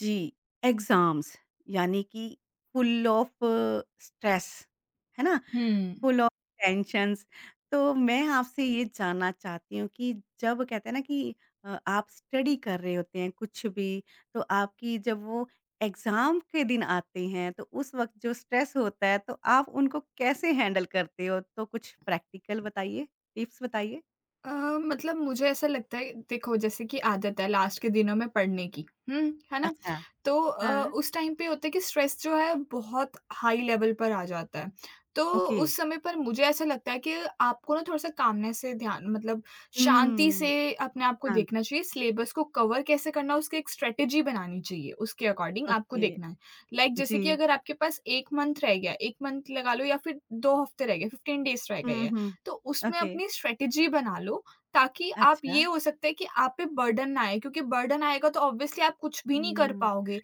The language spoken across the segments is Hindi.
जी, एग्ज़ाम्स यानी कि फुल ऑफ स्ट्रेस, है ना? हुँ। Full off tensions. तो मैं आपसे ये जानना चाहती हूँ कि जब कहते हैं ना कि आप स्टडी कर रहे होते हैं कुछ भी, तो आपकी जब वो एग्ज़ाम के दिन आते हैं, तो उस वक़्त जो स्ट्रेस होता है, तो आप उनको कैसे हैंडल करते हो? तो कुछ प्रैक्टिकल बताइए, टिप्स बताइए। अ, मतलब मुझे ऐसा लगता है देखो जैसे कि आदत है लास्ट के दिनों में पढ़ने की, हुँ, है ना? अच्छा, तो हाँ, उस टाइम पे होता है कि स्ट्रेस जो है बहुत हाई लेवल पर आ जाता है। तो ओके। उस समय पर मुझे ऐसा लगता है कि आपको ना थोड़ा-सा कामनेस से ध्यान मतलब शांति हुँ, से अपने आप को हाँ, देखना चाहिए, सिलेबस को कवर कैसे करना है उसकी एक स्ट्रैटेजी बनानी चाहिए, उसके अकॉर्डिंग आपको ओके, देखना है। Like, जैसे जी। कि अगर आपके पास 1 मंथ रह गया, 1 मंथ लगा लो या फिर 2 हफ्ते रह गए, 15 डेज़ रह गए हुँ, हैं। हुँ। तो उसमें ओके, अपनी स्ट्रेटेजी बना लो, ताकि आप ये अच्छा। हो सकता है कि आप पे बर्डन ना आए क्योंकि बर्डन आएगा तो ऑब्वियसली आप कुछ भी नहीं कर हुँ। पाओगे।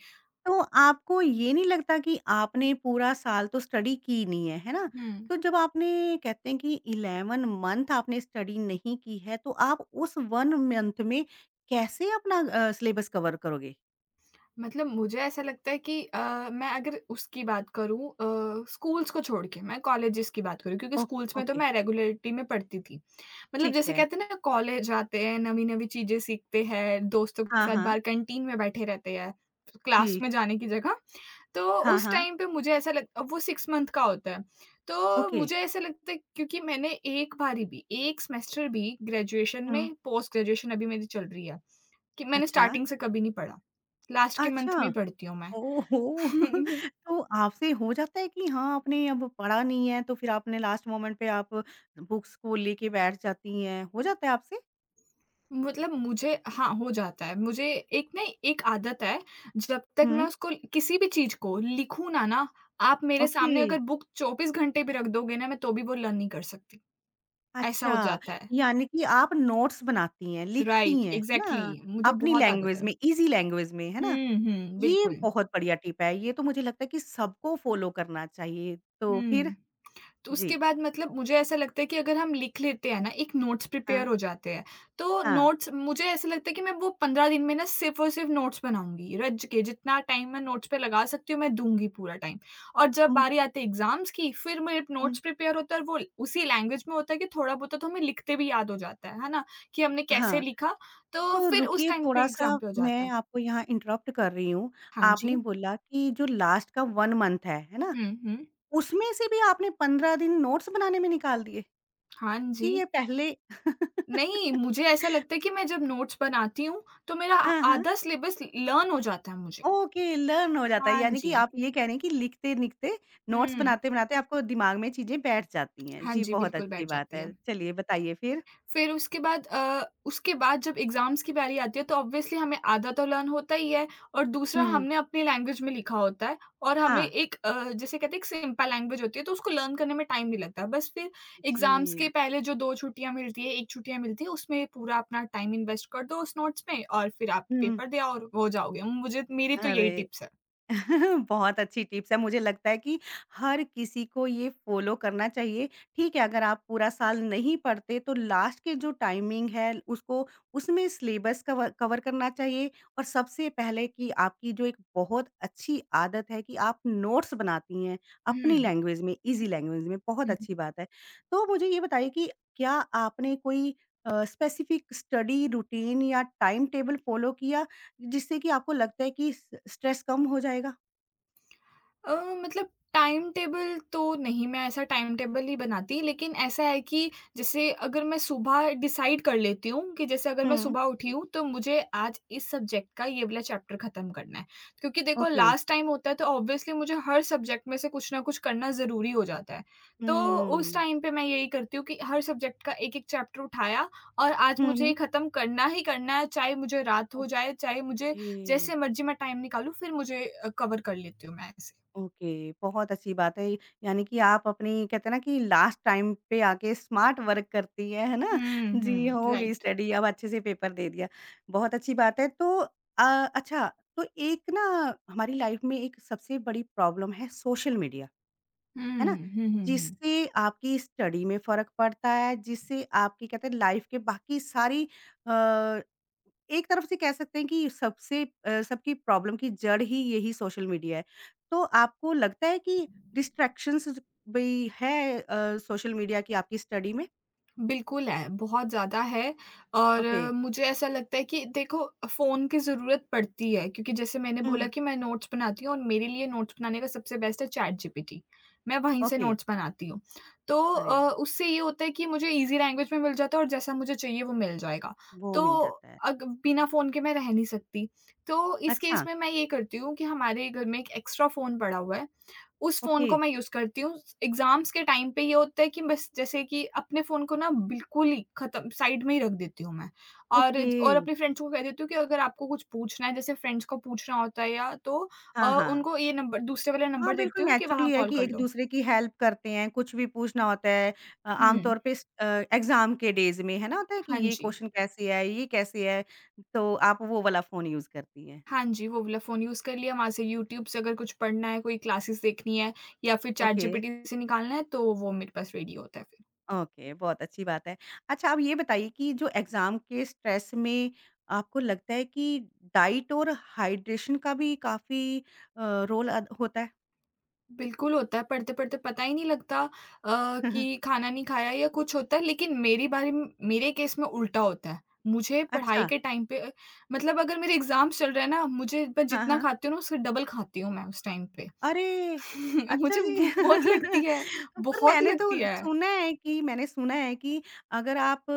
तो आपको ये नहीं लगता कि आपने पूरा साल तो स्टडी की नहीं है, है ना? हुँ। तो जब आपने कहते हैं कि 11 मंथ आपने स्टडी नहीं की है, तो आप उस 1 मंथ में कैसे अपना सिलेबस कवर करोगे? मतलब मुझे ऐसा लगता है कि मैं अगर उसकी बात करूँ स्कूल्स को छोड़ के, मैं कॉलेजेस की बात करूँ क्योंकि ओके, स्कूल्स में तो ओके, मैं रेगुलरिटी में पढ़ती थी। मतलब ठीक जैसे है। कहते हैं ना कॉलेज आते हैं, नवी-नवी चीज़ें सीखते हैं, दोस्तों के हाँ, साथ हाँ। बाहर कैंटीन में बैठे रहते हैं, क्लास जी। में जाने की जगह। तो हाँ, उस हाँ। टाइम पे मुझे ऐसा लग वो 6 मंथ का होता है। तो ओके। मुझे ऐसा लगता है क्योंकि मैंने एक बारी भी, एक सेमेस्टर भी ग्रेजुएशन हुँ। में पोस्ट ग्रेजुएशन अभी मेरी चल रही है, कि मैंने अच्छा, स्टार्टिंग से कभी नहीं पढ़ा। लास्ट के मंथ अच्छा। में ही पढ़ती हूँ मैं। ओहो! तो आपसे हो जाता है कि हाँ, आपने अब पढ़ा नहीं है तो फिर आपने लास्ट मोमेंट पे आप बुक्स को लेके बैठ जाती हैं, हो जाता है आपसे? मतलब मुझे हाँ, हो जाता है। मुझे एक ना एक आदत है, जब तक मैं हुँ, उसको किसी भी चीज़ को लिखूँ ना ना, आप मेरे ओके। सामने अगर बुक 24 घंटे भी रख दोगे ना, मैं तो भी वो लर्न नहीं कर सकती। ऐसा हो अच्छा, जाता है। यानी कि आप नोट्स बनाती हैं, लिखती राइट, हैं, है ना? एग्ज़ैक्टली मुझे अपनी बहुत आदत लैंग्वेज है। में, ईज़ी लैंग्वेज में, है ना? हुँ, हुँ, ये बिल्कुल। बहुत बढ़िया टिप है, ये तो मुझे लगता है कि सबको फॉलो करना चाहिए। तो फिर? हुँ, तो उसके जी। बाद मतलब मुझे ऐसा लगता है कि अगर हम लिख लेते हैं ना, एक नोट्स प्रिपेयर हाँ, हो जाते हैं, तो हाँ। नोट्स मुझे ऐसा लगता है कि मैं वो 15 दिन में ना सिर्फ़ और सिर्फ़ नोट्स बनाऊँगी, रट के जितना टाइम मैं नोट्स पे लगा सकती हूँ, मैं दूँगी पूरा टाइम। और जब हुँ, बारी आती है एग्ज़ाम्स की, फिर मेरे हुँ। नोट्स प्रिपेयर होता है और वो उसी लैंग्वेज में होता है कि थोड़ा बहुत तो हमें लिखते भी याद हो जाता है ना? कि हमने कैसे हाँ। लिखा, तो तो फिर उस रुकिए टाइम पे थोड़ा-सा एग्ज़ाम पे हो जाता मैं है। आपको यहाँ इंटरप्ट कर रही हूँ। हाँ जी। आपने बोला कि जो लास्ट का 1 मंथ है ना? हुँ, हुँ। उसमें से भी आपने 15 दिन नोट्स बनाने में निकाल दिए हाँ कि जी। ये पहले नहीं, मुझे ऐसा लगता है कि मैं जब नोट्स बनाती हूँ, तो मेरा आ हाँ, हाँ। आधा सिलेबस लर्न हो जाता है मुझे। ओके, लर्न हो जाता है हाँ यानी कि जी। आप ये कह रहे हैं कि लिखते-लिखते, नोट्स हुँ। बनाते-बनाते आपको दिमाग में चीज़ें बैठ जाती हैं। हाँ जी, जी, बहुत बिल्कुल अच्छी बैठ बात जाती है। है। चलिए बताइए फिर? फिर उसके बाद जब एग्ज़ाम्स की बारी आती है तो ऑब्वियसली हमें आधा तो लर्न होता ही है और दूसरा हुँ। हमने अपनी लैंग्वेज में लिखा होता है और हमें हाँ। जिसे कहते हैं एक सिंपल लैंग्वेज होती है तो उसको लर्न करने में टाइम नहीं लगता। बस फिर एग्ज़ाम्स के जी। पहले जो 2 छुट्टियाँ मिलती है, 1 छुट्टियाँ मिलती है, उसमें पूरा अपना टाइम इन्वेस्ट कर दो उस नोट्स में और फिर आप हुँ। पेपर दे आओ और हो जाओगे। मुझे मेरी तो यही अरे! टिप्स है। बहुत अच्छी टिप्स है। मुझे लगता है कि हर किसी को ये फॉलो करना चाहिए। ठीक है, अगर आप पूरा साल नहीं पढ़ते तो लास्ट के जो टाइमिंग है उसको उसमें सिलेबस कवर कवर करना चाहिए और सबसे पहले कि आपकी जो एक बहुत अच्छी आदत है कि आप नोट्स बनाती हैं, अपनी हुँ, लैंग्वेज में, ईज़ी लैंग्वेज में, बहुत हुँ। अच्छी बात है। तो मुझे ये बताइए कि क्या आपने कोई स्पेसिफिक स्टडी रूटीन या टाइम टेबल फॉलो किया जिससे कि आपको लगता है कि स स्ट्रेस कम हो जाएगा? अ, मतलब टाइम टेबल तो नहीं, मैं ऐसा टाइम टेबल नहीं बनाती, लेकिन ऐसा है कि जैसे अगर मैं सुबह डिसाइड कर लेती हूँ कि जैसे अगर मैं हुँ। सुबह उठी हूँ, तो मुझे आज इस सब्जेक्ट का ये वाला चैप्टर खत्म करना है। क्योंकि देखो ओके। लास्ट टाइम होता है तो ऑब्वियसली मुझे हर सब्जेक्ट में से कुछ ना कुछ करना ज़रूरी हो जाता है। तो उस हुँ। टाइम पे मैं यही करती हूँ कि हर सब्जेक्ट का एक-एक चैप्टर उठाया और आज हुँ, मुझे ये हुँ। खत्म करना ही करना है, चाहे मुझे रात हो जाए, चाहे मुझे ओके, जैसे मर्ज़ी मैं टाइम निकालूँ, फिर कवर कर लेती हूँ मैं ऐसे। ओके। बहुत अच्छी बात है। यानी कि आप अपनी कहते हैं ना कि लास्ट टाइम पे आके स्मार्ट वर्क करती हैं, है ना? हुँ, जी, हुँ, हो गई राइट। स्टडी अब अच्छे से पेपर दे दिया। बहुत अच्छी बात है। तो अ, अच्छा तो एक ना हमारी लाइफ में एक सबसे बड़ी प्रॉब्लम है सोशल मीडिया। हुँ, है ना? हुँ, हुँ, हुँ। जिससे आपकी स्टडी में फ़र्क पड़ता है, जिससे आपकी कहते हैं लाइफ़ के बाकी सारी अ, एक तरफ से कह सकते हैं कि सबसे सबकी प्रॉब्लम की जड़ ही यही सोशल मीडिया है। तो आपको लगता है कि डिस्ट्रैक्शंस भी है सोशल मीडिया की आपकी स्टडी में? बिल्कुल है, बहुत ज़्यादा है और ओके। मुझे ऐसा लगता है कि देखो फ़ोन की ज़रूरत पड़ती है क्योंकि जैसे मैंने बोला हुँ, कि मैं नोट्स बनाती हूँ और मेरे लिए नोट्स बनाने का सबसे बेस्ट है चैटजीपीटी। मैं वहीं से ओके। नोट्स बनाती हूँ। तो अरे वाह! उससे ये होता है कि मुझे ईज़ी लैंग्वेज में मिल जाता है और जैसा मुझे चाहिए वो मिल जाएगा। वो तो मिल जाता है। अग बिना फ़ोन के मैं रह नहीं सकती। तो इस केस अच्छा, में मैं ये करती हूँ कि हमारे घर में एक एक्स्ट्रा फ़ोन पड़ा हुआ है। उस फ़ोन ओके, को मैं यूज़ करती हूँ। एग्ज़ाम्स के टाइम पे ये होता है कि बस जैसे कि अपने फ़ोन को ना बिल्कुल ही ख़त्म साइड में ही रख देती हूँ मैं ओके। और अपने फ्रेंड्स को कह देती हूँ कि अगर आपको कुछ पूछना है, जैसे फ्रेंड्स को पूछना होता है या तो हाँ, हाँ। उनको ये नंबर दूसरे वाला हाँ, नंबर बिल्कुल देती हूँ कि वहाँ नेचुरली है कॉल कि कर लो। एक-दूसरे की हेल्प करते हैं, कुछ भी पूछना होता है हुँ। आमतौर पे एग्ज़ाम के डेज़ में, है ना? होता है कि हाँ ये जी। क्वेश्चन कैसे है, ये कैसे है, तो आप वो वाला फ़ोन यूज़ करती हैं। हाँ जी, वो वाला फ़ोन यूज़ कर लिया, वहाँ से यूट्यूब से अगर कुछ पढ़ना है, कोई क्लासेस देखनी है या फिर चैट ओके, जीपीटी से निकालना है, तो वो मेरे पास रेडी होता है फिर। ओके, बहुत अच्छी बात है। अच्छा, आप ये बताइए कि जो एग्ज़ाम के स्ट्रेस में आपको लगता है कि डाइट और हाइड्रेशन का भी काफ़ी रोल अद होता है? बिल्कुल होता है, पढ़ते-पढ़ते पता ही नहीं लगता कि खाना नहीं खाया या कुछ होता है, लेकिन मेरी बारी म मेरे केस में उल्टा होता है। मुझे पढ़ाई अच्छा, के टाइम पे अ, मतलब अगर मेरे एग्ज़ाम्स चल रहे हैं ना, मुझे मैं हाँ, जितना हाँ। खाती हूँ ना, उससे डबल खाती हूँ मैं उस टाइम पे। अरे! अच्छा मुझे जी। भूख बहुत लगती है, पर बहुत मैंने तो लगती है। सुना है कि मैंने सुना है कि अगर आप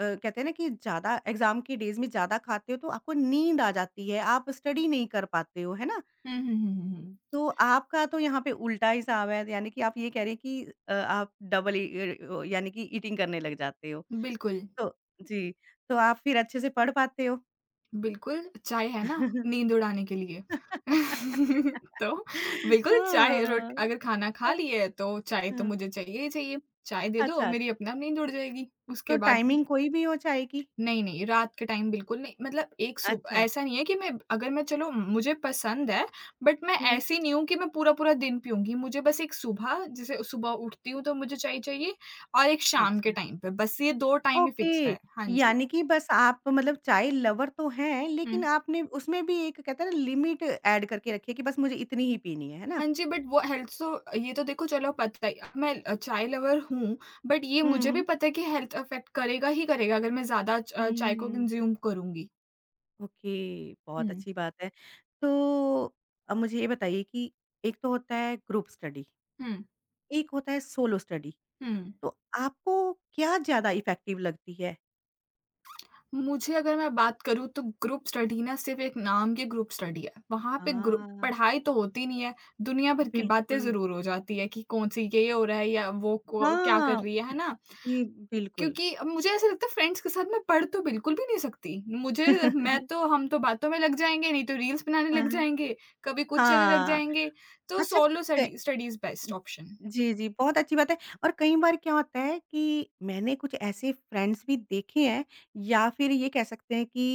कहते हैं ना कि ज़्यादा एग्ज़ाम के डेज़ में ज़्यादा खाते हो तो आपको नींद आ जाती है, आप स्टडी नहीं कर पाते हो, है ना? हुँ, हुँ, हुँ, हुँ, हुँ। तो आपका तो यहाँ पे उल्टा हिसाब है, यानी कि आप ये कह रहे हैं कि आप डबल यानी कि ईटिंग करने लग जाते हो। बिल्कुल। तो जी, तो आप फिर अच्छे से पढ़ पाते हो? बिल्कुल, चाय है ना, नींद उड़ाने के लिए। तो बिल्कुल चाय हाँ। रोट अगर अच्छा, खाना खा लिए है तो चाय तो हाँ। मुझे चाहिए ही चाहिए। चाय दे दो अच्छा, मेरी अपने आप नींद उड़ जाएगी। तो उसके बाद टाइमिंग कोई भी हो चाय की? नहीं, नहीं, रात के टाइम बिल्कुल नहीं मतलब एक सुब अच्छा। ऐसा नहीं है कि मैं अगर मैं चलो मुझे पसंद है बट मैं हुँ। ऐसी नहीं हूँ कि मैं पूरा-पूरा दिन पीऊँगी। मुझे बस एक सुबह जैसे सुबह उठती हूँ तो मुझे चाय चाहिए और एक शाम के अच्छा। टाइम पे बस ये 2 टाइम ही फ़िक्स्ड ओके, है। हाँ जी। यानी कि बस आप मतलब चाय लवर तो हैं, लेकिन हुँ, आपने उसमें भी एक कहते हैं ना लिमिट ऐड करके रखी है कि बस मुझे इतनी ही पीनी है ना? हाँ जी, बट वो हेल्थ सो ये तो देखो चलो पता ही मैं अ, चाय लवर हूँ, बट ये हुँ, मुझे भी हुँ। पता है कि हेल्थ अफ़ेक्ट करेगा ही करेगा अगर मैं ज़्यादा चाय को हुँ। कंज़्यूम करूँगी। ओके, बहुत हुँ, अच्छी बात है। तो अब मुझे ये बताइए कि एक तो होता है ग्रुप स्टडी, हुँ, एक होता है सोलो स्टडी, हुँ। तो आपको क्या ज़्यादा इफ़ेक्टिव लगती है? मुझे अगर मैं बात करूँ तो ग्रुप स्टडी ना सिर्फ़ एक नाम की ग्रुप स्टडी है। वहाँ पे ग्रुप हाँ, पढ़ाई तो होती नहीं है, दुनिया भर की बातें बिल्कुल। ज़रूर हो जाती है कि कौन-सी ये हो रहा है या वो को क्या कर हाँ। रही है ना? जी, बिल्कुल। क्योंकि अब मुझे ऐसा लगता है फ्रेंड्स के साथ मैं पढ़ तो बिल्कुल भी नहीं सकती। मुझे मैं तो हम तो बातों में लग जाएँगे, नहीं तो रील्स बनाने हाँ, लग हाँ। जाएँगे, कभी कुछ चलने लग हाँ, जाएँगे, तो अच्छा सोलो क स्टडी स्टडीज़ बेस्ट ऑप्शन। जी, जी, बहुत अच्छी बात है और कई बार क्या होता है कि मैंने कुछ ऐसे फ्रेंड्स भी देखे हैं या फिर ये कह सकते हैं कि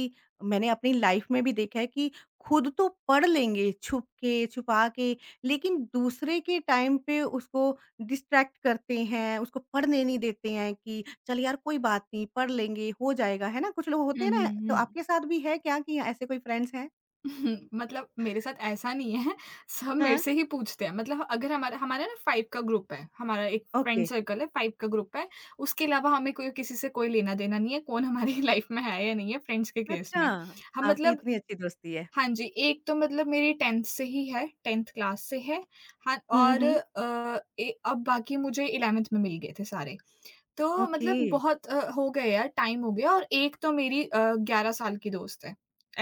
मैंने अपनी लाइफ में भी देखा है कि खुद तो पढ़ लेंगे छुप के, छुपा के, लेकिन दूसरे के टाइम पे उसको डिस्ट्रैक्ट करते हैं, उसको पढ़ने नहीं देते हैं कि चल यार कोई बात नहीं, पढ़ लेंगे, हो जाएगा, है ना? कुछ लोग होते हुँ, हैं ना, हुँ, तो हुँ। आपके साथ भी है क्या कि ऐसे कोई फ्रेंड्स हैं? मतलब मेरे साथ ऐसा नहीं है, सब मेरे हाँ, से ही पूछते हैं। मतलब अगर हमारा हमारा ना 5 का ग्रुप है, हमारा एक ओके। फ्रेंड सर्कल है, 5 का ग्रुप है, उसके अलावा हमें कोई किसी से कोई लेना-देना नहीं है, कौन हमारी लाइफ़ में है या नहीं है फ्रेंड्स के केस अच्छा, में। हम आपकी मतलब इतनी अच्छी दोस्ती है। हाँ जी, एक तो मतलब मेरी 10th से ही है, 10th क्लास से है। हाँ, हुँ, और हुँ, अ, ए अब बाकी मुझे 11th में मिल गए थे सारे। तो ओके। मतलब हो गए यार, टाइम हो गया और एक तो 11 साल की दोस्त है,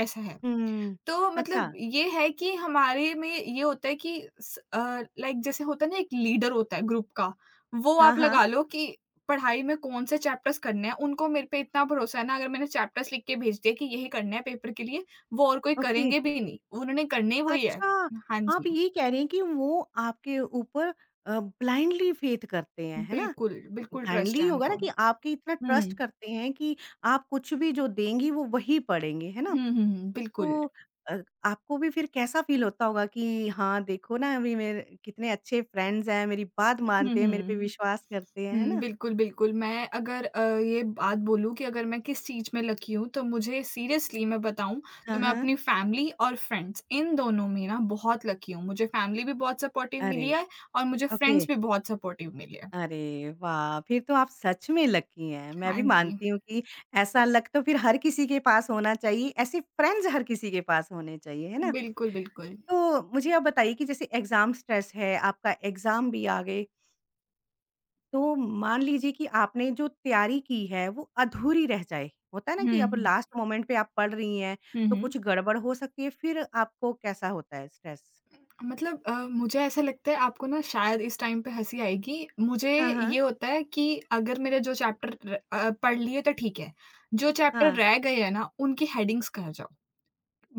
ऐसा है। हुँ, तो अच्छा, मतलब ये है कि हमारे में ये होता है कि लाइक जैसे होता है ना एक लीडर होता है ग्रुप का, वो हाँ, आप हाँ, लगा लो कि पढ़ाई में कौन-से चैप्टर्स करने हैं, उनको मेरे पे इतना भरोसा है ना अगर मैंने चैप्टर्स लिख के भेज दिए कि यही करने हैं पेपर के लिए, वो और कोई ओके। करेंगे भी नहीं, उन्होंने करने ही वही है। अच्छा, हाँ आप जी, ये कह रहे हैं कि वो आपके ऊपर ब्लाइंडली फ़ेथ करते हैं, है ना? बिल्कुल, बिल्कुल ब्लाइंडली ट्रस्ट ही है होगा ना उनको। कि आपके इतना हुँ। ट्रस्ट करते हैं कि आप कुछ भी जो देंगी वो वही पढ़ेंगे, है ना? हुँ, हुँ, हुँ, बिल्कुल। तो अ, आपको भी फिर कैसा फ़ील होता होगा कि हाँ, देखो ना अभी मेरे कितने अच्छे फ्रेंड्स हैं, मेरी बात हुँ, मानते हैं, मेरे पे हुँ। विश्वास करते हैं, है हुँ, ना? बिल्कुल, बिल्कुल। मैं अगर अ, ये बात बोलूँ कि अगर मैं किस चीज़ में लकी हूँ, तो मुझे सीरियसली मैं बताऊँ, हाँ, तो मैं हाँ, अपनी फैमिली और फ्रेंड्स इन दोनों में ना बहुत लकी हूँ। मुझे फैमिली भी बहुत सपोर्टिव अरे! मिली है और मुझे ओके। फ्रेंड्स भी बहुत सपोर्टिव मिले हैं। अरे वाह! फिर तो आप सच में लकी हैं। मैं भी हाँ जी। मानती हूँ कि ऐसा लक तो फिर हर किसी के पास होना चाहिए, ऐसे फ्रेंड्स हर किसी के पास होने चाहिए, है ना? बिल्कुल, बिल्कुल। तो मुझे आप बताइए कि जैसे एग्ज़ाम स्ट्रेस है, आपका एग्ज़ाम भी आ गए, तो मान लीजिए कि आपने जो तैयारी की है वो अधूरी रह जाए, होता है ना कि हुँ, अब हुँ। लास्ट मोमेंट पे आप पढ़ रही हैं, हुँ, तो हुँ। कुछ गड़बड़ हो सकती है, फिर आपको कैसा होता है स्ट्रेस? मुझे ऐसा लगता है आपको ना शायद इस टाइम पे हँसी आएगी। मुझे हाँ, हाँ। ये होता है कि अगर मेरे जो चैप्टर पढ़ लिए तो ठीक है। जो चैप्टर हाँ, रह गए हैं ना, उनकी हेडिंग्स कर जाओ।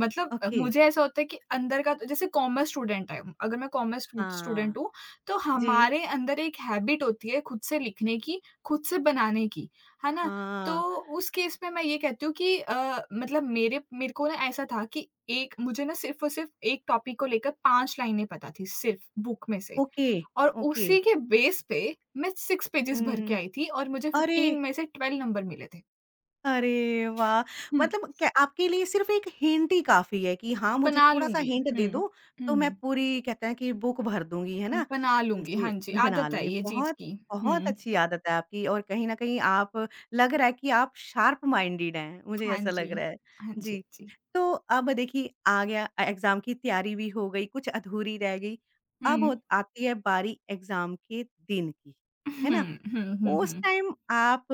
ओके। मुझे ऐसा होता है कि अंदर का तो, जैसे कॉमर्स स्टूडेंट है अगर मैं कॉमर्स स्टू हाँ। स्टूडेंट हूँ, तो जी। हमारे अंदर एक हैबिट होती है खुद से लिखने की, खुद से बनाने की, है ना? तो हाँ, उस केस में मैं ये कहती हूँ कि मतलब मेरे मेरे को ना ऐसा था कि एक मुझे ना सिर्फ़ और सिर्फ़ एक टॉपिक को लेकर 5 लाइनें पता थी सिर्फ़ बुक में से, ओके, और ओके। उसी के बेस पे मैं 6 पेजेज़ भर के हुँ। आई थी और मुझे अरे! 15 में से 12 नंबर मिले थे। अरे वाह! हुँ, मतलब क्या आपके लिए सिर्फ़ एक हिंट ही काफ़ी है कि हाँ, मुझे बना थोड़ा-सा लूँगी। हिंट दे हुँ, दो, तो मैं हुँ। पूरी कहते हैं कि बुक भर दूँगी, है ना? बना लूँगी, जी, हाँ जी, बना आदत है लूँगी। ये चीज़ बहुत की। बहुत हुँ, अच्छी आदत है आपकी और कहीं न कहीं आप लग रहा है कि आप शार्प माइंडेड हैं, मुझे हाँ ऐसा जी, लग रहा है। हाँ जी, जी, हाँ जी। तो अब देखिए आ गया एग्ज़ाम की तैयारी भी हो गई, कुछ अधूरी रह गई। अब हुँ, होत आती है बारी एग्ज़ाम के दिन की, है ना? हुँ, हुँ, हुँ, उस हुँ। टाइम आप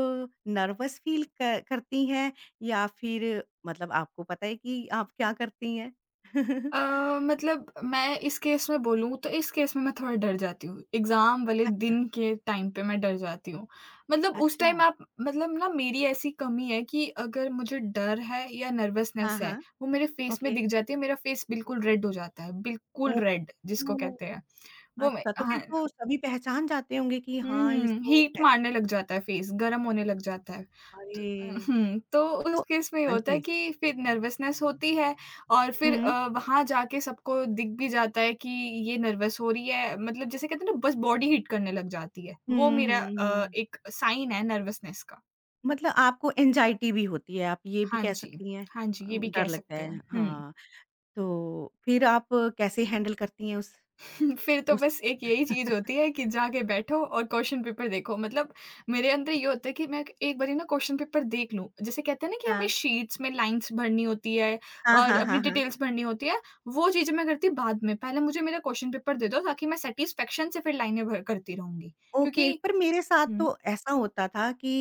नर्वस फ़ील क करती हैं या फिर मतलब आपको पता है कि आप क्या करती हैं? अ, मतलब मैं इस केस में बोलूँ तो इस केस में मैं थोड़ा डर जाती हूँ, एग्ज़ाम वाले अच्छा, दिन के टाइम पे मैं डर जाती हूँ। मतलब उस अच्छा। टाइम आप मतलब ना मेरी ऐसी कमी है कि अगर मुझे डर है या हाँ, नर्वसनेस है, हाँ। वो मेरे फ़ेस में ओके। दिख जाती है, मेरा फ़ेस बिल्कुल रेड हो जाता है, बिल्कुल ओह! रेड जिसको ओह! कहते हैं। वो मैं, अच्छा, तो हाँ। फिर तो सभी पहचान जाते होंगे कि हाँ, हुँ, इसको हीट है मारने लग जाता है फेस, गरम होने लग जाता है। तो अरे! हुँ, तो तो उस केस में ये हाँ होता है जी। कि फिर नर्वसनेस होती है और फिर हुँ। वहाँ जाके सबको दिख भी जाता है कि ये नर्वस हो रही है, मतलब जैसे कहते हैं ना बस बॉडी हीट करने लग जाती है। वो हुँ, मेरा हुँ, हुँ। एक साइन है नर्वसनेस का। मतलब आपको एंग्ज़ायटी भी होती है, आप ये भी हाँ कह जी। सकती हैं। हाँ जी, ये भी डर कह लगता सकते हैं। है। हुँ। हाँ, तो फिर आप कैसे हैंडल करती हैं उस फिर तो उस बस एक यही चीज़ होती है कि जाके बैठो और क्वेश्चन पेपर देखो। मतलब मेरे अंदर ये होता है कि मैं एक बारी ना क्वेश्चन पेपर देख लूँ। जैसे कहते हैं ना कि हमें हाँ। शीट्स में लाइन्स भरनी होती है हाँ, और हाँ, अपनी हाँ, हाँ। डिटेल्स भरनी होती है, वो चीज़ें मैं करती बाद में। पहले मुझे मेरा क्वेश्चन पेपर दे दो ताकि मैं सैटिस्फैक्शन से फिर लाइनें भर करती रहूँगी। ओके, क्योंकि पर मेरे साथ हुँ। तो ऐसा होता था कि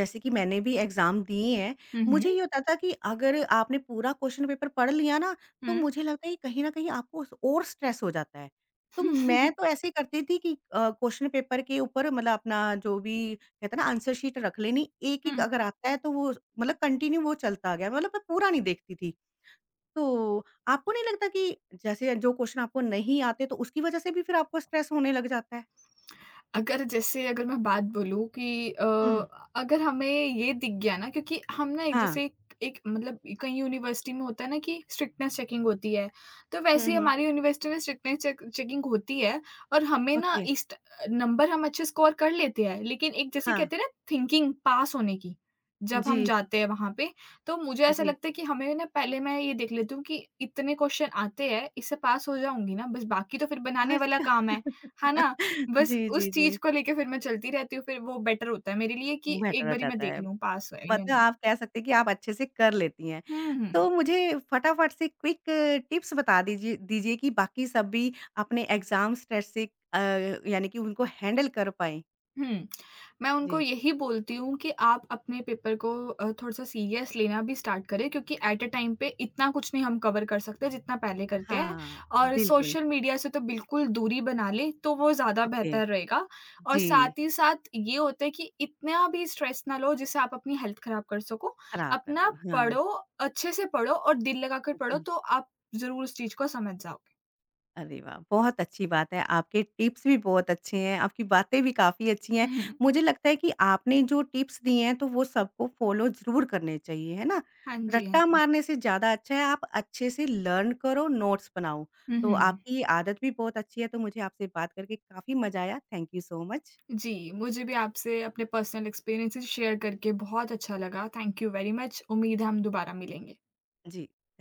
जैसे कि मैंने भी एग्ज़ाम दिए हैं, हुँ, मुझे हुँ, ये होता था कि अगर आपने पूरा क्वेश्चन पेपर पढ़ लिया ना, तो हुँ। मुझे लगता है कि कहीं न कहीं आपको स और स्ट्रेस हो जाता है। तो मैं तो ऐसे ही करती थी कि क्वेश्चन पेपर के ऊपर मतलब अपना जो भी कहते हैं ना आंसर शीट रख लेनी, एक-एक अगर आता है तो वो मतलब कंटिन्यू वो चलता गया, मतलब मैं पूरा नहीं देखती थी। तो आपको नहीं लगता कि जैसे जो क्वेश्चन आपको नहीं आते, तो उसकी वज़ह से भी फिर आपको स्ट्रेस होने लग जाता है? अगर जैसे अगर मैं बात बोलूँ कि हुँ। अगर हमें ये दिख गया ना क्योंकि हम ना एक हाँ। जैसे एक एक मतलब कहीं यूनिवर्सिटी में होता है ना कि स्ट्रिक्टनेस चेकिंग होती है, तो हुँ, वैसे ही हुँ। हमारी यूनिवर्सिटी में स्ट्रिक्टनेस चेकिंग होती है और हमें ना ओके, इस ट नंबर हम अच्छे स्कोर कर लेते हैं, लेकिन एक जैसे हाँ। कहते हैं ना थिंकिंग पास होने की, जब हम जी, जाते हैं वहाँ पे, तो मुझे ऐसा जी। लगता है कि हमें ना पहले मैं ये देख लेती हूँ कि इतने क्वेश्चन आते हैं, इससे पास हो जाऊँगी ना बस, बाकी तो फिर बनाने वाला अच्छा। काम है ना? बस जी, जी, उस जी। चीज़ को लेके फिर मैं चलती रहती हूँ, फिर वो बेटर होता है मेरे लिए कि बेटर एक हो बारी मैं जाता देख है। लूँ पास है या मतलब नहीं। आप कह सकते हैं कि आप अच्छे से कर लेती हैं। हुँ, हुँ। तो मुझे फटाफट से क्विक टिप्स बता दीजिए दीजिए कि बाकी सब भी अपने एग्ज़ाम स्ट्रेस से अ, यानी कि उनको हैंडल कर पाएँ? हुँ। मैं उनको जी। यही बोलती हूँ कि आप अपने पेपर को थोड़ा-सा सीरियस लेना भी स्टार्ट करें क्योंकि एट अ टाइम पे इतना कुछ नहीं हम कवर कर सकते जितना पहले करते हैं, हाँ, और बिल्कुल। सोशल मीडिया से तो बिल्कुल दूरी बना लें, तो वो ज़्यादा ओके। बेहतर रहेगा। और जी, साथ ही साथ ये होता है कि इतना भी स्ट्रेस ना लो जिससे आप अपनी हेल्थ खराब कर सको। ख़राब कर अपना लो। हाँ, पढ़ो, अच्छे से पढ़ो और दिल लगाकर पढ़ो जी। तो आप ज़रूर उस चीज़ को समझ जाओगे। अरे वाह! बहुत अच्छी बात है, आपके टिप्स भी बहुत अच्छे हैं, आपकी बातें भी काफ़ी अच्छी हैं। हुँ। मुझे लगता है कि आपने जो टिप्स दिए हैं, तो वो सबको फ़ॉलो ज़रूर करने चाहिए, है ना? हाँ जी, हाँ रट्टा जी। मारने से ज़्यादा अच्छा है आप अच्छे से लर्न करो, नोट्स बनाओ। हुँ, तो हुँ। आपकी ये आदत भी बहुत अच्छी है, तो मुझे आपसे बात करके काफ़ी मज़ा आया। Thank you so much. जी, मुझे भी आपसे अपने पर्सनल एक्सपीरियंसेस शेयर करके बहुत अच्छा लगा। Thank you very much. उम्मीद है हम दोबारा मिलेंगे। जी।